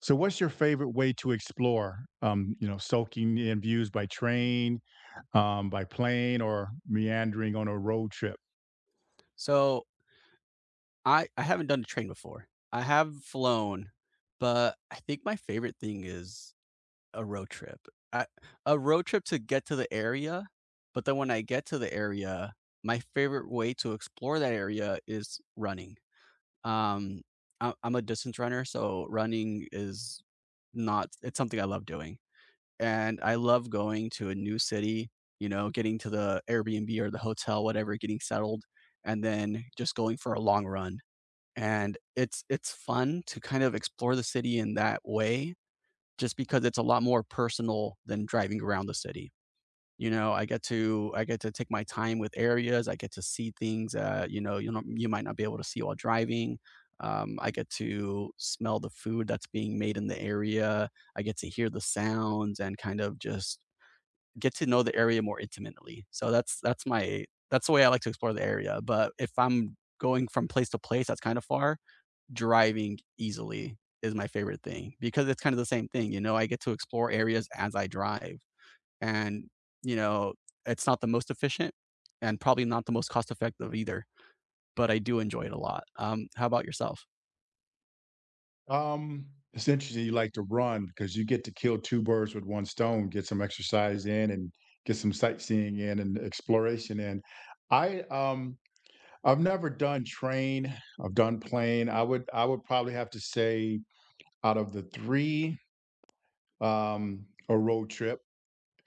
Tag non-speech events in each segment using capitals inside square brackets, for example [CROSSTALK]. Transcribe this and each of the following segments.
So, what's your favorite way to explore? Soaking in views by train, by plane, or meandering on a road trip? So I haven't done a train before. I have flown, but I think my favorite thing is a road trip. I, a road trip to get to the area, but then when I get to the area, my favorite way to explore that area is running. Um, I'm a distance runner, so running is not it's something I love doing. And I love going to a new city, you know, getting to the Airbnb or the hotel, whatever, getting settled, and then just going for a long run, and it's fun to kind of explore the city in that way just because it's a lot more personal than driving around the city. You know, I get to take my time with areas, I get to see things, you might not be able to see while driving. I get to smell the food that's being made in the area. I get to hear the sounds and kind of just get to know the area more intimately. So that's the way I like to explore the area. But if I'm going from place to place that's kind of far, driving easily is my favorite thing because it's kind of the same thing, you know, I get to explore areas as I drive and, you know, it's not the most efficient and probably not the most cost effective either, but I do enjoy it a lot. How about yourself? Um, it's interesting you like to run because you get to kill 2 birds with 1 stone, get some exercise in and get some sightseeing in and exploration in. I, um I've never done train. I've done plane. I would probably have to say, out of the 3, a road trip,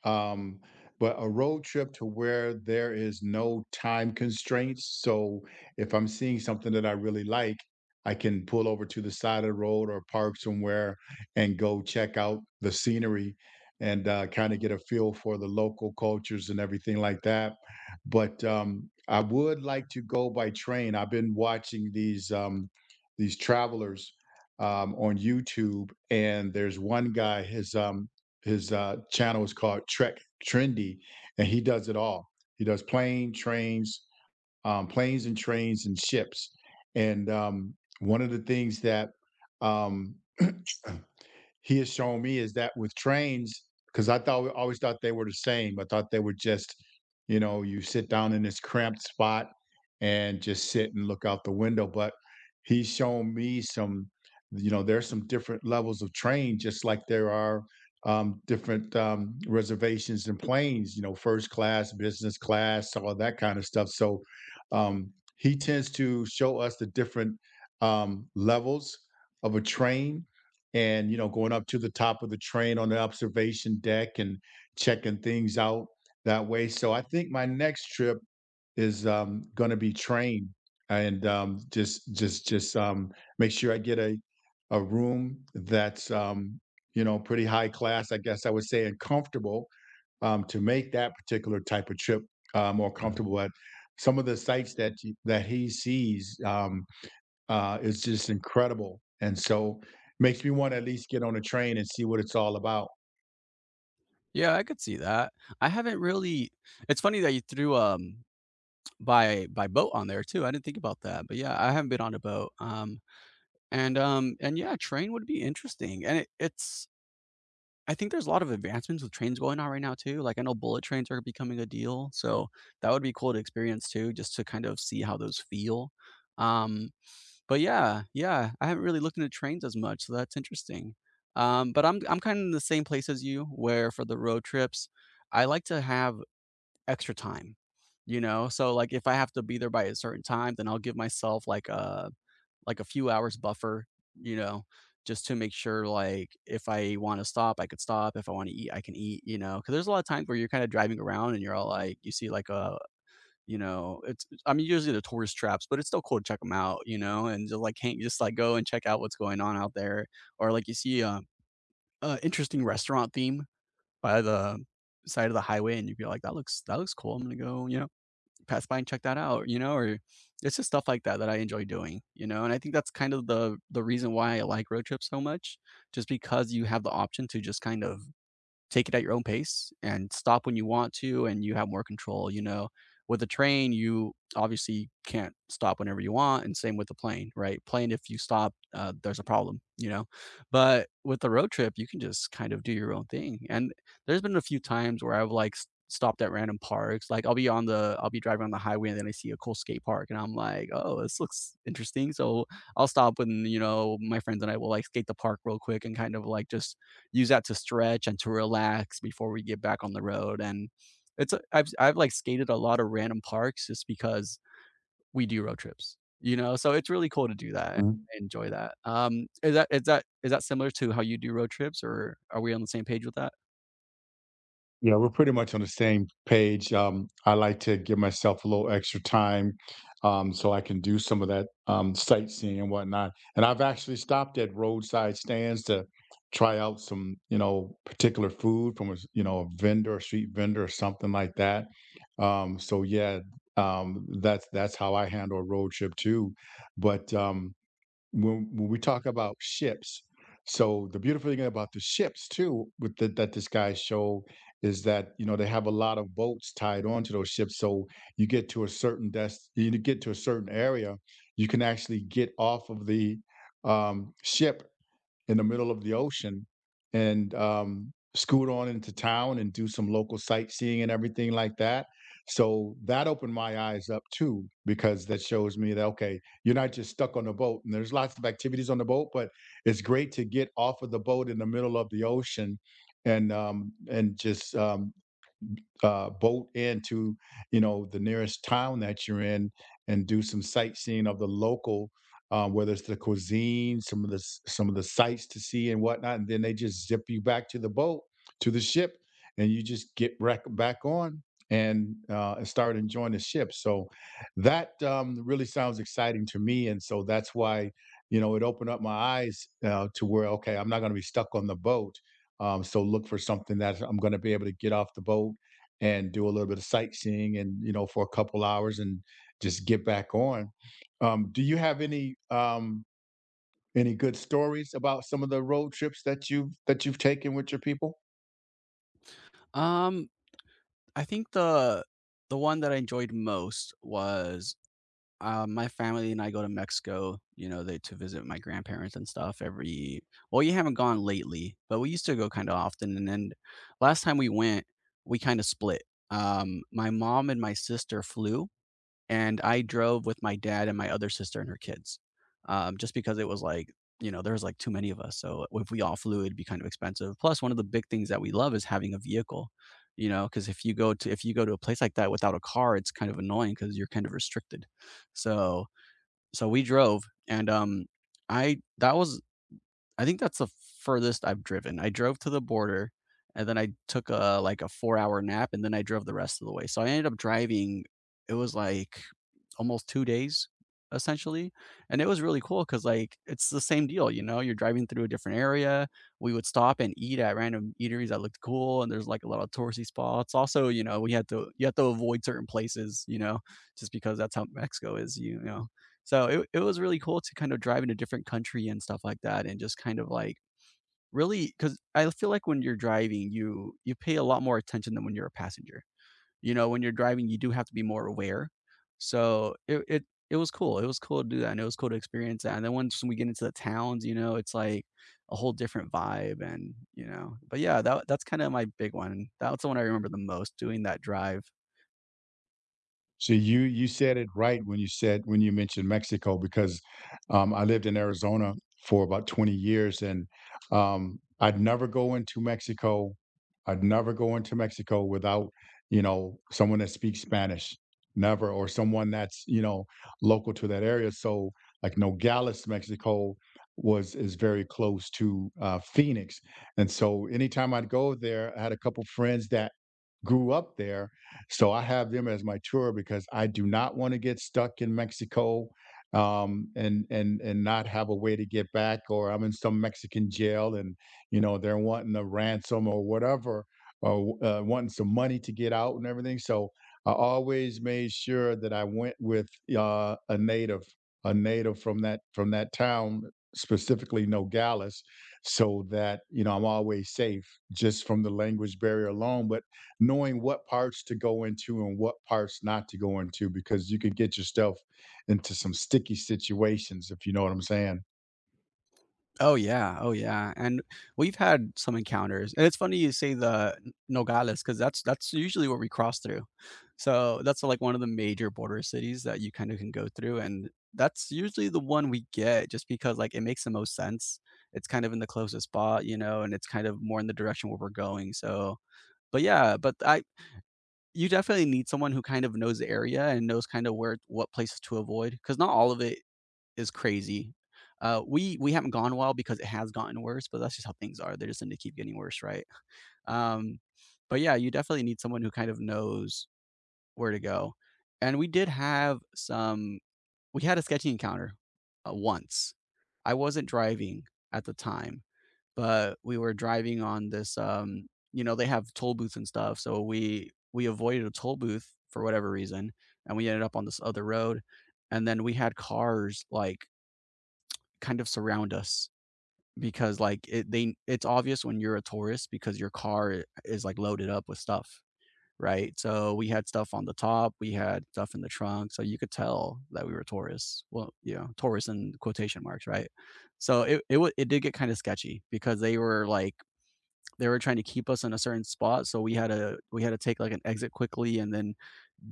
um, but a road trip to where there is no time constraints. So if I'm seeing something that I really like, I can pull over to the side of the road or park somewhere and go check out the scenery and kind of get a feel for the local cultures and everything like that. But I would like to go by train. I've been watching these travelers on YouTube, and there's one guy. His channel is called Trek Trendy, and he does it all. He does plane, trains, planes and trains and ships. And one of the things that um, he has shown me is that with trains, because I always thought they were the same. I thought they were just, you sit down in this cramped spot and just sit and look out the window. But he's shown me some, there's some different levels of train, just like there are different reservations and planes, first class, business class, all that kind of stuff. So um, he tends to show us the different levels of a train, and going up to the top of the train on the observation deck and checking things out that way. So I think my next trip is going to be train, and just make sure I get a room that's pretty high class, I guess I would say, and comfortable to make that particular type of trip more, mhm, comfortable at some of the sites that that he sees. It's just incredible, and so makes me want to at least get on a train and see what it's all about. Yeah, I could see that. I haven't really It's funny that you threw by boat on there too. I didn't think about that. But yeah, I haven't been on a boat. And yeah, train would be interesting. And it's, I think there's a lot of advancements with trains going on right now too, like, I know bullet trains are becoming a deal, so that would be cool to experience too, just to kind of see how those feel. Um, but yeah, yeah, I haven't really looked into trains as much, so that's interesting. But I'm kinda in the same place as you, where for the road trips, I like to have extra time, you know? So, like, if I have to be there by a certain time, then I'll give myself, like a few hours buffer, you know, just to make sure like if I want to stop, I could stop. If I want to eat, I can eat, you know. Cause there's a lot of times where you're kind of driving around and you're all like, you see you know, I mean, usually the tourist traps, but it's still cool to check them out, you know, and just like, can't just like go and check out what's going on out there. Or like you see a interesting restaurant theme by the side of the highway and you'd be like, that looks cool. I'm going to go, you know, pass by and check that out, you know, or it's just stuff like that that I enjoy doing, you know, and I think that's kind of the reason why I like road trips so much, just because you have the option to just kind of take it at your own pace and stop when you want to and you have more control, you know? With a train, you obviously can't stop whenever you want, and same with the plane, right? Plane, if you stop, there's a problem, you know? But with the road trip, you can just kind of do your own thing, and there's been a few times where I've, like, s stopped at random parks, like, I'll be driving on the highway and then I see a cool skate park and I'm like, "Oh, this looks interesting," so I'll stop and, you know, my friends and I will, like, skate the park real quick and kind of, like, just use that to stretch and to relax before we get back on the road. And it's a I've like skated a lot of random parks just because we do road trips, you know? So it's really cool to do that. I Mhm. enjoy that. Is that is that is that similar to how you do road trips or are we on the same page with that? Yeah, we're pretty much on the same page. I like to give myself a little extra time so I can do some of that sightseeing and whatnot. And I've actually stopped at roadside stands to try out some, particular food from a, a vendor, a street vendor or something like that. So yeah, that's how I handle a road trip too. But when we talk about ships, so the beautiful thing about the ships too, that this guy showed, is that you know they have a lot of boats tied onto those ships, so you get to a certain dest you get to a certain area, you can actually get off of the ship in the middle of the ocean and scoot on into town and do some local sightseeing and everything like that. So that opened my eyes up too, because that shows me that, okay, you're not just stuck on the boat. And there's lots of activities on the boat, but it's great to get off of the boat in the middle of the ocean and just boat into, you know, the nearest town that you're in and do some sightseeing of the local, whether it's the cuisine, some of the sights to see and whatnot. And then they just zip you back to the boat, to the ship, and you just get back on and start enjoying the ship. So that really sounds exciting to me. And so that's why, you know, it opened up my eyes, to where okay I'm not going to be stuck on the boat, so look for something that I'm going to be able to get off the boat and do a little bit of sightseeing and for a couple hours and just get back on. Do you have any any good stories about some of the road trips that you've taken with your people? Um, I think the one that I enjoyed most was, my family and I go to Mexico, you know, they to visit my grandparents and stuff every, well, you haven't gone lately, but we used to go kinda often, and then last time we went, we kinda split. My mom and my sister flew, and I drove with my dad and my other sister and her kids, just because it was like, you know, there was like too many of us. So if we all flew, it'd be kind of expensive. Plus, one of the big things that we love is having a vehicle, you know, because if you go to a place like that without a car, it's kind of annoying because you're kind of restricted. So so we drove, and I that was, I think that's the furthest I've driven. I drove to the border and then I took a like a 4-hour nap and then I drove the rest of the way. So I ended up driving, it was like almost 2 days essentially, and it was really cool because like, it's the same deal, you know, you're driving through a different area. We would stop and eat at random eateries that looked cool, and there's, like, a lot of touristy spots. Also, you know, we had to you have to avoid certain places, you know, just because that's how Mexico is, you know. So it was really cool to kind of drive in a different country and stuff like that and just kind of like really, because I feel like when you're driving, you pay a lot more attention than when you're a passenger. You know, when you're driving, you do have to be more aware. So it was cool. It was cool to do that, and it was cool to experience that, and then once we get into the towns, you know, it's like a whole different vibe and, you know, but yeah, that's kinda my big one. That's the one I remember the most, doing that drive. So you said it right when you mentioned Mexico, because I lived in Arizona for about 20 years. And I'd never go into Mexico. I'd never go into Mexico without, you know, someone that speaks Spanish, never, or someone that's, you know, local to that area. So, like Nogales, Mexico was is very close to Phoenix, and so anytime I'd go there, I had a couple friends that grew up there. So I have them as my tour, because I do not want to get stuck in Mexico, and not have a way to get back, or I'm in some Mexican jail and, you know, they're wanting a ransom or whatever, or wanting some money to get out and everything. So I always made sure that I went with uh, a native a native from that town, specifically Nogales, so that you know I'm always safe just from the language barrier alone, but knowing what parts to go into and what parts not to go into, because you could get yourself into some sticky situations, if you know what I'm saying. Oh, yeah. Oh, yeah, and we've had some encounters, and it's funny you say the N Nogales because that's usually where we cross through. So, that's, like, one of the major border cities that you kinda can go through, and that's usually the one we get just because, like, it makes the most sense. It's kind of in the closest spot, you know, and it's kind of more in the direction where we're going, so but, yeah, but I you definitely need someone who kind of knows the area and knows kinda where what places to avoid because not all of it is crazy. We haven't gone, well, because it has gotten worse, but that's just how things are. They just tend to keep getting worse, right? Um, but yeah, you definitely need someone who kind of knows where to go. And we did have some. We had a sketchy encounter once. I wasn't driving at the time, but we were driving on this. You know, they have toll booths and stuff, so we avoided a toll booth for whatever reason, and we ended up on this other road. And then we had cars like kind of surround us because like it they, it's obvious when you're a tourist because your car is like loaded up with stuff, right? So we had stuff on the top, we had stuff in the trunk, so you could tell that we were tourists. Well, you know, tourists in quotation marks, right? So it did get kind of sketchy because they were trying to keep us in a certain spot, so we had to take like an exit quickly and then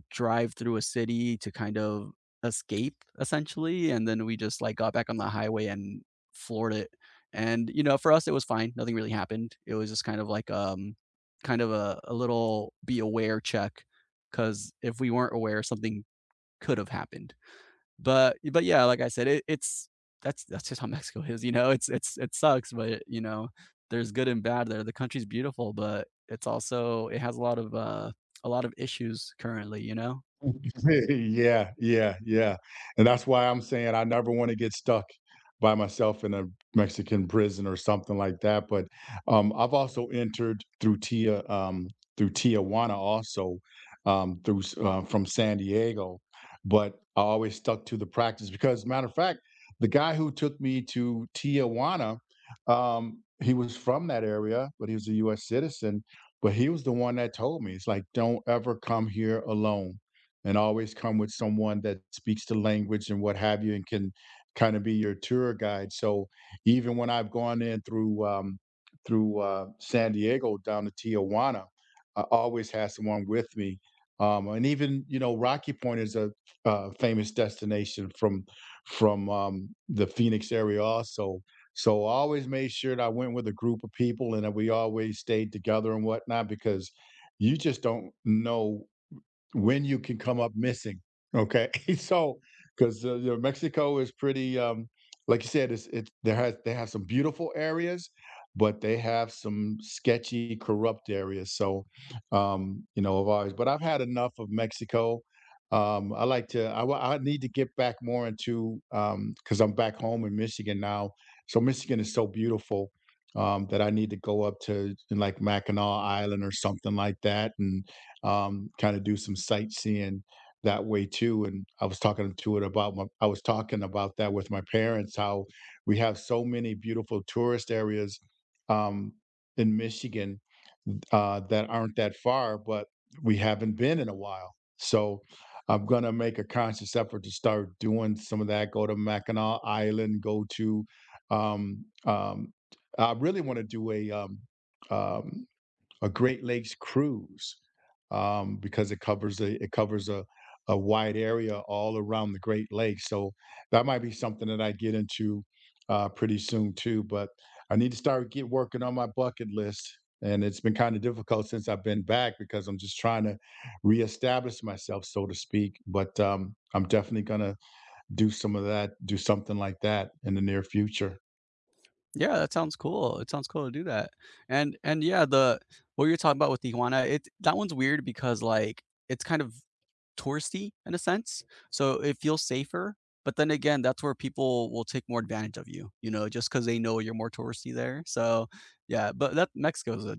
drive through a city to kind of escape essentially, and then we just, like, got back on the highway and floored it, and, you know, for us, it was fine, nothing really happened. It was just kind of like, kind of a little be aware check because if we weren't aware, something could have happened, but yeah, like I said, it it's that's just how [LAUGHS] Mexico is, you know, it's, it sucks, but, you know, there's good and bad there. The country's beautiful, but it's also it has a lot of issues currently, you know? [LAUGHS] Yeah, yeah, yeah, and that's why I'm saying I never wanna get stuck by myself in a Mexican prison or something like that. But, I've also entered through Tijuana also, through s from San Diego. But I always stuck to the practice because, matter of fact, the guy who took me to Tijuana, he was from that area, but he was a US citizen. But he was the one that told me, it's like, "Don't ever come here alone," and always come with someone that speaks the language and what have you and can kind of be your tour guide. So even when I've gone in through San Diego down to Tijuana, I always have someone with me. And even, you know, Rocky Point is a famous destination from the Phoenix area also. So I always made sure that I went with a group of people and that we always stayed together and whatnot, because you just don't know when you can come up missing. Okay. [LAUGHS] So because, you know, Mexico is pretty, like you said, it's it there has they have some beautiful areas, but they have some sketchy, corrupt areas. So, you know, of ours. But I've had enough of Mexico. I like to. I need to get back more into, because I'm back home in Michigan now. So Michigan is so beautiful that I need to go up to like Mackinac Island or something like that, and kind of do some sightseeing that way too. And I was talking about that with my parents, how we have so many beautiful tourist areas um, in Michigan that aren't that far, but we haven't been in a while. So I'm gonna make a conscious effort to start doing some of that. Go to Mackinac Island. Go to um, um, I really want to do a um, a Great Lakes cruise because it covers a wide area all around the Great Lakes. So that might be something that I get into pretty soon too. But I need to start get working on my bucket list, and it's been kind of difficult since I've been back because I'm just trying to reestablish myself, so to speak. But I'm definitely gonna do some of that, do something like that in the near future. Yeah, that sounds cool. It sounds cool to do that. And yeah, the what you're talking about with Tijuana, it that one's weird because like it's kind of touristy in a sense. So it feels safer, but then again, that's where people will take more advantage of you, you know, just because they know you're more touristy there. So yeah, but that Mexico's a,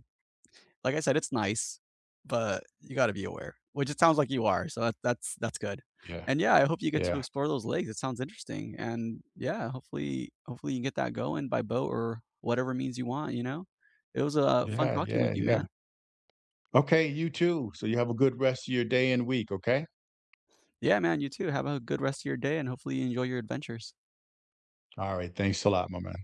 like I said, it's nice, but you gotta be aware, which it sounds like you are, so that's good. Yeah, And yeah, I hope you get to yeah, explore those lakes, it sounds interesting, and yeah, hopefully you can get that going by boat or whatever means you want, you know? It was, fun yeah, talking yeah, with you, yeah. man. Okay, you too. So you have a good rest of your day and week, okay? Yeah, man, you too, have a good rest of your day, and hopefully you enjoy your adventures. All right, thanks a lot, my man.